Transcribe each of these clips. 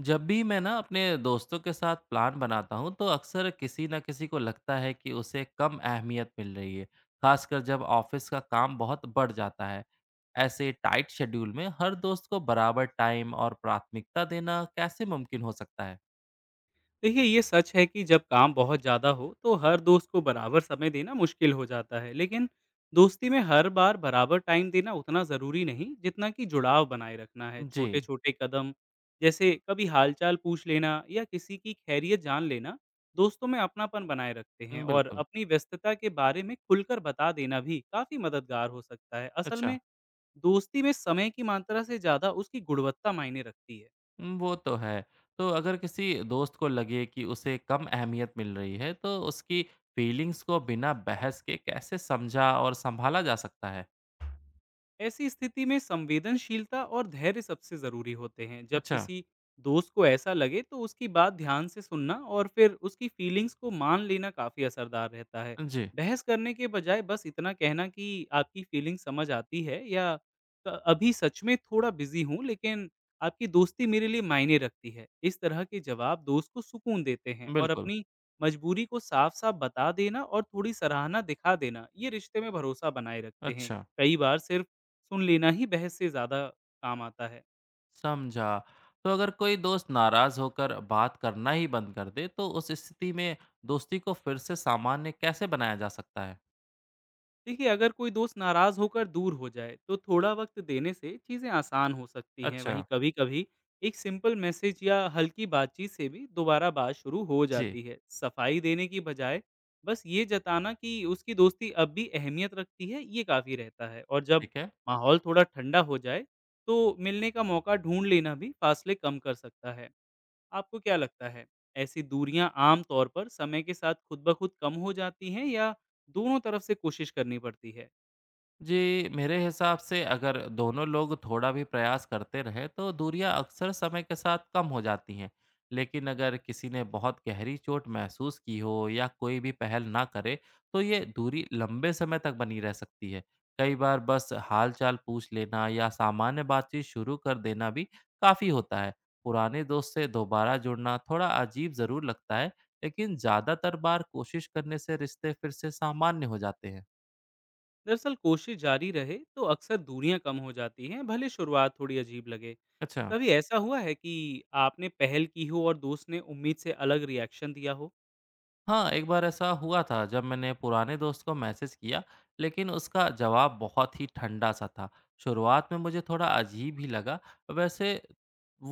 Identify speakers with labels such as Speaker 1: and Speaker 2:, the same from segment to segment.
Speaker 1: जब भी मैं ना अपने दोस्तों के साथ प्लान बनाता हूँ तो अक्सर किसी ना किसी को लगता है कि उसे कम अहमियत मिल रही है। खासकर जब ऑफिस का काम बहुत बढ़ जाता है। ऐसे टाइट शेड्यूल में हर दोस्त को बराबर टाइम और प्राथमिकता देना कैसे मुमकिन हो सकता है?
Speaker 2: देखिए ये सच है कि जब काम बहुत ज़्यादा हो तो हर दोस्त को बराबर समय देना मुश्किल हो जाता है। लेकिन दोस्ती में हर बार बराबर टाइम देना उतना ज़रूरी नहीं जितना कि जुड़ाव बनाए रखना है।
Speaker 1: जी।
Speaker 2: छोटे छोटे कदम जैसे कभी हालचाल पूछ लेना या किसी की खैरियत जान लेना दोस्तों में अपनापन बनाए रखते हैं। और
Speaker 1: बिल्कुल।
Speaker 2: अपनी व्यस्तता के बारे में खुलकर बता देना भी काफ़ी मददगार हो सकता है। असल
Speaker 1: अच्छा।
Speaker 2: में दोस्ती में समय की मात्रा से ज़्यादा उसकी गुणवत्ता मायने रखती है।
Speaker 1: वो तो है। तो अगर किसी दोस्त को लगे कि उसे कम अहमियत मिल रही है तो उसकी फीलिंग्स को बिना बहस के कैसे समझा और संभाला जा सकता है?
Speaker 2: ऐसी स्थिति में संवेदनशीलता और धैर्य सबसे जरूरी होते हैं। जब
Speaker 1: अच्छा।
Speaker 2: किसी दोस्त को ऐसा लगे तो उसकी बात ध्यान से सुनना और फिर उसकी फीलिंग्स को मान लेना काफ़ी असरदार रहता है।
Speaker 1: जी।
Speaker 2: बहस करने के बजाय बस इतना कहना कि आपकी फीलिंग समझ आती है, या अभी सच में थोड़ा बिजी हूँ लेकिन आपकी दोस्ती मेरे लिए मायने रखती है"। इस तरह के जवाब दोस्त को सुकून देते हैं। और
Speaker 1: बिल्कुल।
Speaker 2: अपनी मजबूरी को साफ साफ बता देना और थोड़ी सराहना दिखा देना, ये रिश्ते में भरोसा बनाए रखते हैं।
Speaker 1: अच्छा।
Speaker 2: कई बार सिर्फ सुन लेना ही बहस से ज़्यादा काम आता है।
Speaker 1: समझा। तो अगर कोई दोस्त नाराज़ होकर बात करना ही बंद कर दे, तो उस स्थिति में दोस्ती को फिर से सामान्य कैसे बनाया जा सकता है?
Speaker 2: देखिए, अगर कोई दोस्त नाराज़ होकर दूर हो जाए, तो थोड़ा वक़्त देने से चीज़ें आसान हो सकती हैं।
Speaker 1: अच्छा।
Speaker 2: वहीं कभी-कभी एक सिंपल मैसेज या हल्की बातचीत से भी दोबारा बात शुरू हो
Speaker 1: जी।
Speaker 2: जाती है। सफाई देने की बजाय बस ये जताना कि उसकी दोस्ती अब भी अहमियत रखती है, ये काफ़ी रहता है। और जब
Speaker 1: ठीक है।
Speaker 2: माहौल थोड़ा ठंडा हो जाए, तो मिलने का मौका ढूँढ लेना भी फासले कम कर सकता है। आपको क्या लगता है, ऐसी दूरियाँ आम तौर पर समय के साथ खुद ब खुद कम हो जाती हैं या दोनों तरफ से कोशिश करनी पड़ती है?
Speaker 1: जी, मेरे हिसाब से अगर दोनों लोग थोड़ा भी प्रयास करते रहे तो दूरियां अक्सर समय के साथ कम हो जाती हैं। लेकिन अगर किसी ने बहुत गहरी चोट महसूस की हो या कोई भी पहल ना करे, तो ये दूरी लंबे समय तक बनी रह सकती है। कई बार बस हालचाल पूछ लेना या सामान्य बातचीत शुरू कर देना भी काफ़ी होता है। पुराने दोस्त से दोबारा जुड़ना थोड़ा अजीब ज़रूर लगता है, लेकिन ज़्यादातर बार कोशिश करने से रिश्ते फिर से सामान्य हो जाते हैं।
Speaker 2: दरअसल कोशिश जारी रहे तो अक्सर दूरियाँ कम हो जाती हैं, भले शुरुआत थोड़ी अजीब लगे।
Speaker 1: अच्छा।
Speaker 2: कभी ऐसा हुआ है कि आपने पहल की हो और दोस्त ने उम्मीद से अलग रिएक्शन दिया हो?
Speaker 1: हाँ, एक बार ऐसा हुआ था जब मैंने पुराने दोस्त को मैसेज किया, लेकिन उसका जवाब बहुत ही ठंडा-सा था। शुरुआत में मुझे थोड़ा अजीब ही लगा, वैसे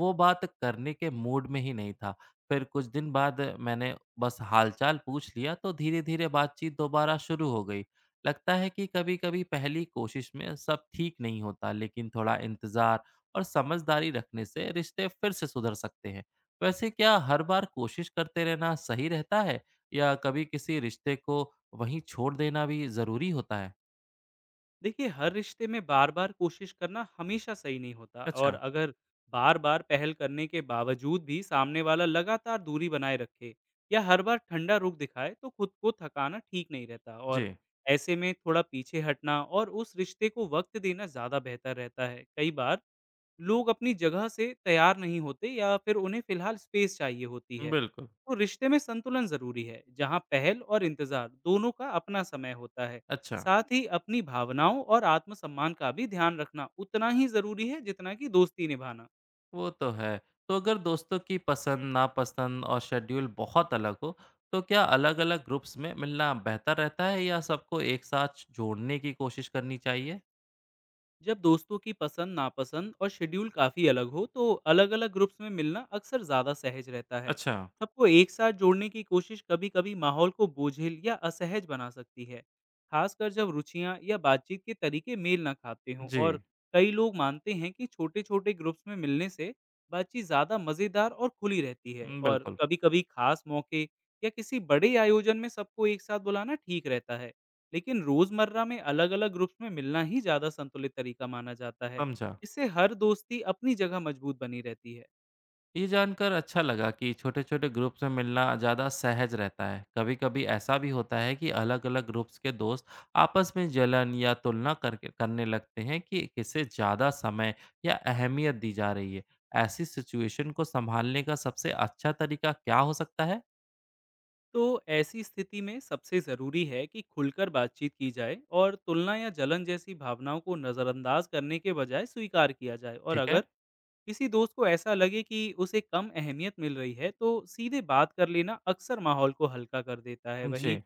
Speaker 1: वो बात करने के मूड में ही नहीं था। फिर कुछ दिन बाद मैंने बस हालचाल पूछ लिया, तो धीरे-धीरे बातचीत दोबारा शुरू हो गई। लगता है कि कभी-कभी पहली कोशिश में सब ठीक नहीं होता, लेकिन थोड़ा इंतज़ार और समझदारी रखने से रिश्ते फिर से सुधर सकते हैं। वैसे क्या हर बार कोशिश करते रहना सही रहता है या कभी किसी रिश्ते को वहीं छोड़ देना भी ज़रूरी होता है?
Speaker 2: देखिए, हर रिश्ते में बार-बार कोशिश करना हमेशा सही नहीं होता। और
Speaker 1: अच्छा।
Speaker 2: अगर बार-बार पहल करने के बावजूद भी सामने वाला लगातार दूरी बनाए रखे या हर बार ठंडा रुख दिखाए, तो खुद को थकाना ठीक नहीं रहता। और
Speaker 1: जी।
Speaker 2: ऐसे में थोड़ा पीछे हटना और उस रिश्ते को वक़्त देना ज़्यादा बेहतर रहता है। कई बार लोग अपनी जगह से तैयार नहीं होते या फिर उन्हें फिलहाल स्पेस चाहिए होती है।
Speaker 1: बिल्कुल।
Speaker 2: तो रिश्ते में संतुलन जरूरी है, जहां पहल और इंतजार दोनों का अपना समय होता है।
Speaker 1: अच्छा।
Speaker 2: साथ ही अपनी भावनाओं और आत्मसम्मान का भी ध्यान रखना उतना ही जरूरी है जितना कि दोस्ती निभाना।
Speaker 1: वो तो है। तो अगर दोस्तों की पसंद, नापसंद और शेड्यूल बहुत अलग हो, तो क्या अलग-अलग ग्रुप्स में मिलना बेहतर रहता है या सबको एक साथ जोड़ने की कोशिश करनी चाहिए?
Speaker 2: जब दोस्तों की पसंद नापसंद और शेड्यूल काफ़ी अलग हो, तो अलग अलग ग्रुप्स में मिलना अक्सर ज़्यादा सहज रहता है।
Speaker 1: अच्छा।
Speaker 2: सबको एक साथ जोड़ने की कोशिश कभी कभी माहौल को बोझिल या असहज बना सकती है, खासकर जब रुचियाँ या बातचीत के तरीके मेल ना खाते हों।
Speaker 1: जी।
Speaker 2: और कई लोग मानते हैं कि छोटे छोटे ग्रुप्स में मिलने से बातचीत ज़्यादा मज़ेदार और खुली रहती है। और
Speaker 1: बिल्कुल।
Speaker 2: कभी कभी खास मौके या किसी बड़े आयोजन में सबको एक साथ बुलाना ठीक रहता है, लेकिन रोजमर्रा में अलग-अलग ग्रुप्स में मिलना ही ज्यादा संतुलित तरीका माना जाता है।
Speaker 1: समझा।
Speaker 2: इससे हर दोस्ती अपनी जगह मजबूत बनी रहती है।
Speaker 1: ये जानकर अच्छा लगा कि छोटे-छोटे ग्रुप्स में मिलना ज़्यादा सहज रहता है। कभी-कभी ऐसा भी होता है कि अलग-अलग ग्रुप्स के दोस्त आपस में जलन या तुलना करके करने लगते हैं कि किसे ज़्यादा समय या अहमियत दी जा रही है। ऐसी सिचुएशन को संभालने का सबसे अच्छा तरीका क्या हो सकता है?
Speaker 2: तो ऐसी स्थिति में सबसे जरूरी है कि खुलकर बातचीत की जाए और तुलना या जलन जैसी भावनाओं को नजरअंदाज करने के बजाय स्वीकार किया जाए। और
Speaker 1: ठीक है।
Speaker 2: अगर किसी दोस्त को ऐसा लगे कि उसे कम अहमियत मिल रही है, तो सीधे बात कर लेना अक्सर माहौल को हल्का कर देता है। वहीं
Speaker 1: जी।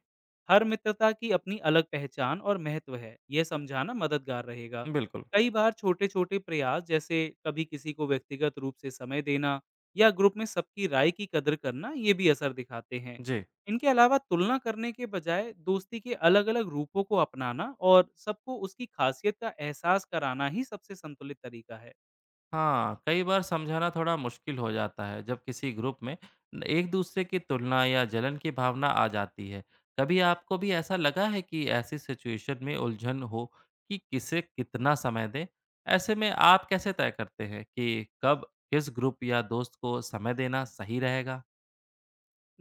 Speaker 2: हर मित्रता की अपनी अलग पहचान और महत्व है, यह समझाना मददगार रहेगा।
Speaker 1: बिल्कुल।
Speaker 2: कई बार छोटे छोटे प्रयास जैसे कभी किसी को व्यक्तिगत रूप से समय देना या ग्रुप में सबकी राय की कदर करना, ये भी असर दिखाते हैं।
Speaker 1: जी।
Speaker 2: इनके अलावा तुलना करने के बजाय दोस्ती के अलग अलग रूपों को अपनाना और सबको उसकी खासियत का एहसास कराना ही सबसे संतुलित तरीका है।
Speaker 1: हाँ, कई बार समझाना थोड़ा मुश्किल हो जाता है जब किसी ग्रुप में एक दूसरे की तुलना या जलन की भावना आ जाती है। कभी आपको भी ऐसा लगा है कि ऐसी सिचुएशन में उलझन हो कि किसे कितना समय दें? ऐसे में आप कैसे तय करते हैं कि कब किस ग्रुप या दोस्त को समय देना सही रहेगा?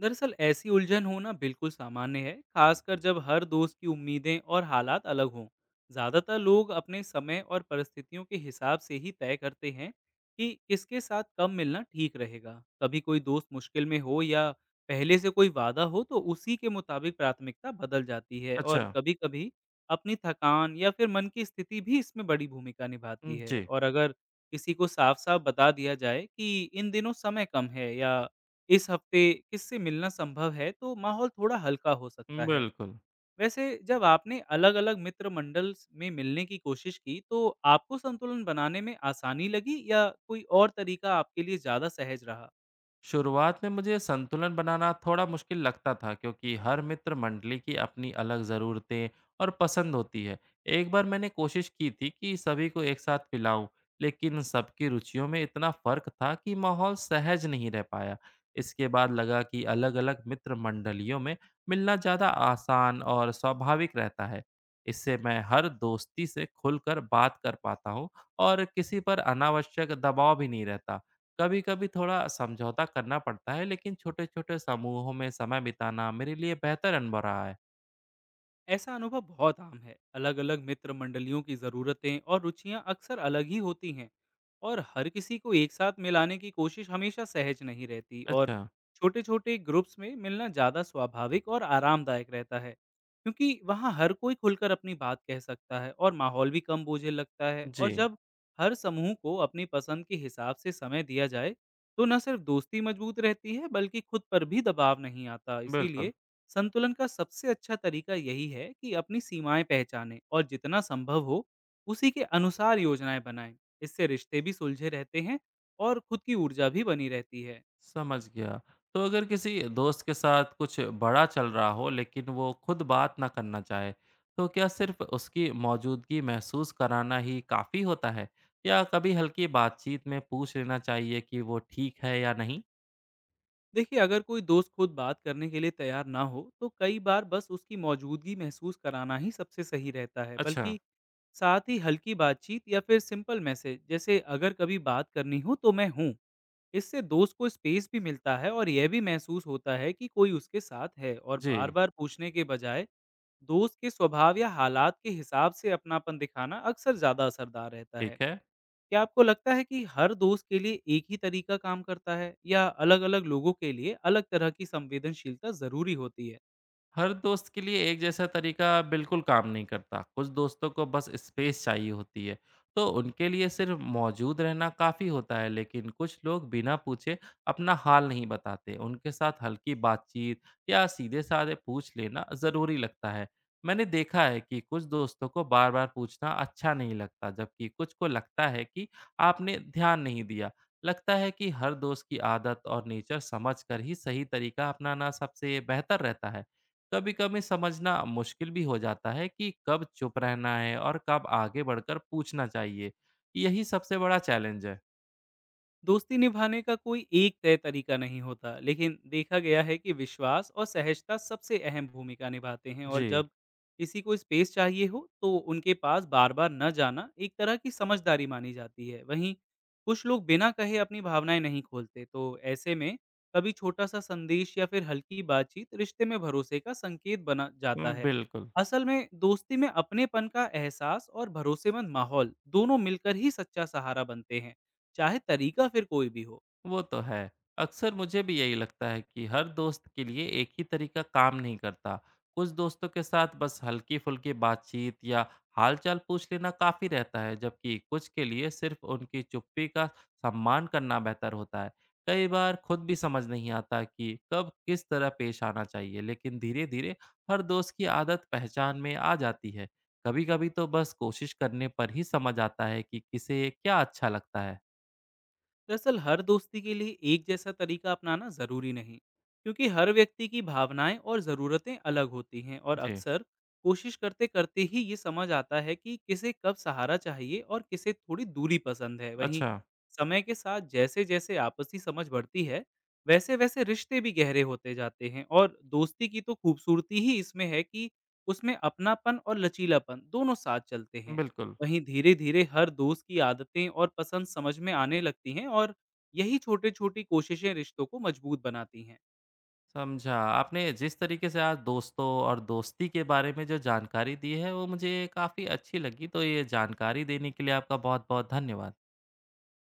Speaker 2: दरअसल ऐसी उलझन होना बिल्कुल सामान्य है, खासकर जब हर दोस्त की उम्मीदें और हालात अलग हों। ज़्यादातर लोग अपने समय और परिस्थितियों के हिसाब से ही तय करते हैं कि किसके साथ कब मिलना ठीक रहेगा। कभी कोई दोस्त मुश्किल में हो या पहले से कोई वादा हो, तो उसी के मुताबिक प्राथमिकता बदल जाती है।
Speaker 1: अच्छा।
Speaker 2: और कभी कभी अपनी थकान या फिर मन की स्थिति भी इसमें बड़ी भूमिका निभाती है।
Speaker 1: जी।
Speaker 2: और अगर किसी को साफ साफ बता दिया जाए कि इन दिनों समय कम है या इस हफ्ते किससे मिलना संभव है, तो माहौल थोड़ा हल्का हो सकता है।
Speaker 1: बिल्कुल।
Speaker 2: वैसे जब आपने अलग-अलग मित्र मंडल में मिलने की कोशिश की, तो आपको संतुलन बनाने में आसानी लगी या कोई और तरीका आपके लिए ज़्यादा सहज रहा?
Speaker 1: शुरुआत में मुझे संतुलन बनाना थोड़ा मुश्किल लगता था क्योंकि हर मित्र मंडली की अपनी अलग ज़रूरतें और पसंद होती है। एक बार मैंने कोशिश की थी कि सभी को एक साथ पिलाऊं, लेकिन सबकी रुचियों में इतना फ़र्क था कि माहौल सहज नहीं रह पाया। इसके बाद लगा कि अलग-अलग मित्र मंडलियों में मिलना ज़्यादा आसान और स्वाभाविक रहता है। इससे मैं हर दोस्ती से खुलकर बात कर पाता हूँ और किसी पर अनावश्यक दबाव भी नहीं रहता। कभी-कभी थोड़ा समझौता करना पड़ता है, लेकिन छोटे-छोटे समूहों में समय बिताना मेरे लिए बेहतर अनुभव रहा है।
Speaker 2: ऐसा अनुभव बहुत आम है। अलग-अलग मित्र मंडलियों की ज़रूरतें और रुचियां अक्सर अलग ही होती हैं और हर किसी को एक साथ मिलाने की कोशिश हमेशा सहज नहीं रहती। और
Speaker 1: अच्छा।
Speaker 2: छोटे-छोटे ग्रुप्स में मिलना ज़्यादा स्वाभाविक और आरामदायक रहता है, क्योंकि वहाँ हर कोई खुलकर अपनी बात कह सकता है और माहौल भी कम बोझिल लगता है।
Speaker 1: जी।
Speaker 2: और जब हर समूह को अपनी पसंद के हिसाब से समय दिया जाए, तो न सिर्फ दोस्ती मजबूत रहती है बल्कि खुद पर भी दबाव नहीं आता।
Speaker 1: बिल्कुल।
Speaker 2: इसीलिए संतुलन का सबसे अच्छा तरीका यही है कि अपनी सीमाएं पहचानें और जितना संभव हो उसी के अनुसार योजनाएं बनाएं। इससे रिश्ते भी सुलझे रहते हैं और खुद की ऊर्जा भी बनी रहती है।
Speaker 1: समझ गया। तो अगर किसी दोस्त के साथ कुछ बड़ा चल रहा हो, लेकिन वो खुद बात ना करना चाहे, तो क्या सिर्फ उसकी मौजूदगी महसूस कराना ही काफ़ी होता है? या कभी हल्की बातचीत में पूछ लेना चाहिए कि वो ठीक है या नहीं?
Speaker 2: देखिए, अगर कोई दोस्त खुद बात करने के लिए तैयार ना हो, तो कई बार बस उसकी मौजूदगी महसूस कराना ही सबसे सही रहता है।
Speaker 1: अच्छा।
Speaker 2: बल्कि साथ ही हल्की बातचीत या फिर सिंपल मैसेज जैसे "अगर कभी बात करनी हो तो मैं हूँ"। इससे दोस्त को स्पेस भी मिलता है और यह भी महसूस होता है कि कोई उसके साथ है। और बार
Speaker 1: जी।
Speaker 2: बार पूछने के बजाय दोस्त के स्वभाव या हालात के हिसाब से अपनापन दिखाना अक्सर ज्यादा असरदार रहता है।
Speaker 1: ठीक है।
Speaker 2: क्या आपको लगता है कि हर दोस्त के लिए एक ही तरीका काम करता है या अलग अलग लोगों के लिए अलग तरह की संवेदनशीलता जरूरी होती है?
Speaker 1: हर दोस्त के लिए एक जैसा तरीका बिल्कुल काम नहीं करता। कुछ दोस्तों को बस स्पेस चाहिए होती है, तो उनके लिए सिर्फ मौजूद रहना काफ़ी होता है, लेकिन कुछ लोग बिना पूछे अपना हाल नहीं बताते। उनके साथ हल्की बातचीत या सीधे-साधे पूछ लेना ज़रूरी लगता है। मैंने देखा है कि कुछ दोस्तों को बार-बार पूछना अच्छा नहीं लगता, जबकि कुछ को लगता है कि आपने ध्यान नहीं दिया। लगता है कि हर दोस्त की आदत और नेचर समझकर ही सही तरीका अपनाना सबसे बेहतर रहता है। कभी कभी समझना मुश्किल भी हो जाता है कि कब चुप रहना है और कब आगे बढ़कर पूछना चाहिए। यही सबसे बड़ा चैलेंज है।
Speaker 2: दोस्ती निभाने का कोई एक तय तरीका नहीं होता, लेकिन देखा गया है कि विश्वास और सहजता सबसे अहम भूमिका निभाते हैं। और
Speaker 1: जी।
Speaker 2: जब किसी को स्पेस चाहिए हो, तो उनके पास बार-बार न जाना एक तरह की समझदारी मानी जाती है। वहीं कुछ लोग बिना कहे अपनी भावनाएं नहीं खोलते, तो ऐसे में कभी छोटा-सा संदेश या फिर हल्की बातचीत रिश्ते में भरोसे का संकेत बना जाता है।
Speaker 1: बिल्कुल।
Speaker 2: असल में दोस्ती में अपनेपन का एहसास और भरोसेमंद माहौल दोनों मिलकर ही सच्चा सहारा बनते हैं, चाहे तरीका फिर कोई भी हो।
Speaker 1: वो तो है। अक्सर मुझे भी यही लगता है कि हर दोस्त के लिए एक ही तरीका काम नहीं करता। कुछ दोस्तों के साथ बस हल्की-फुल्की बातचीत या हालचाल पूछ लेना काफ़ी रहता है, जबकि कुछ के लिए सिर्फ़ उनकी चुप्पी का सम्मान करना बेहतर होता है। कई बार खुद भी समझ नहीं आता कि कब किस तरह पेश आना चाहिए, लेकिन धीरे-धीरे हर दोस्त की आदत पहचान में आ जाती है। कभी-कभी तो बस कोशिश करने पर ही समझ आता है कि किसे क्या अच्छा लगता है।
Speaker 2: दरअसल हर दोस्ती के लिए एक जैसा तरीका अपनाना ज़रूरी नहीं, क्योंकि हर व्यक्ति की भावनाएं और ज़रूरतें अलग होती हैं। और
Speaker 1: जी।
Speaker 2: अक्सर कोशिश करते करते ही ये समझ आता है कि किसे कब सहारा चाहिए और किसे थोड़ी दूरी पसंद है। वहीं
Speaker 1: अच्छा।
Speaker 2: समय के साथ जैसे जैसे आपसी समझ बढ़ती है, वैसे वैसे रिश्ते भी गहरे होते जाते हैं। और दोस्ती की तो खूबसूरती ही इसमें है कि उसमें अपनापन और लचीलापन दोनों साथ चलते हैं।
Speaker 1: बिल्कुल।
Speaker 2: वहीं धीरे-धीरे हर दोस्त की आदतें और पसंद समझ में आने लगती हैं और यही छोटी-छोटी कोशिशें रिश्तों को मजबूत बनाती हैं।
Speaker 1: समझा। आपने जिस तरीके से आज दोस्तों और दोस्ती के बारे में जो जानकारी दी है, वो मुझे काफ़ी अच्छी लगी। तो ये जानकारी देने के लिए आपका बहुत-बहुत धन्यवाद।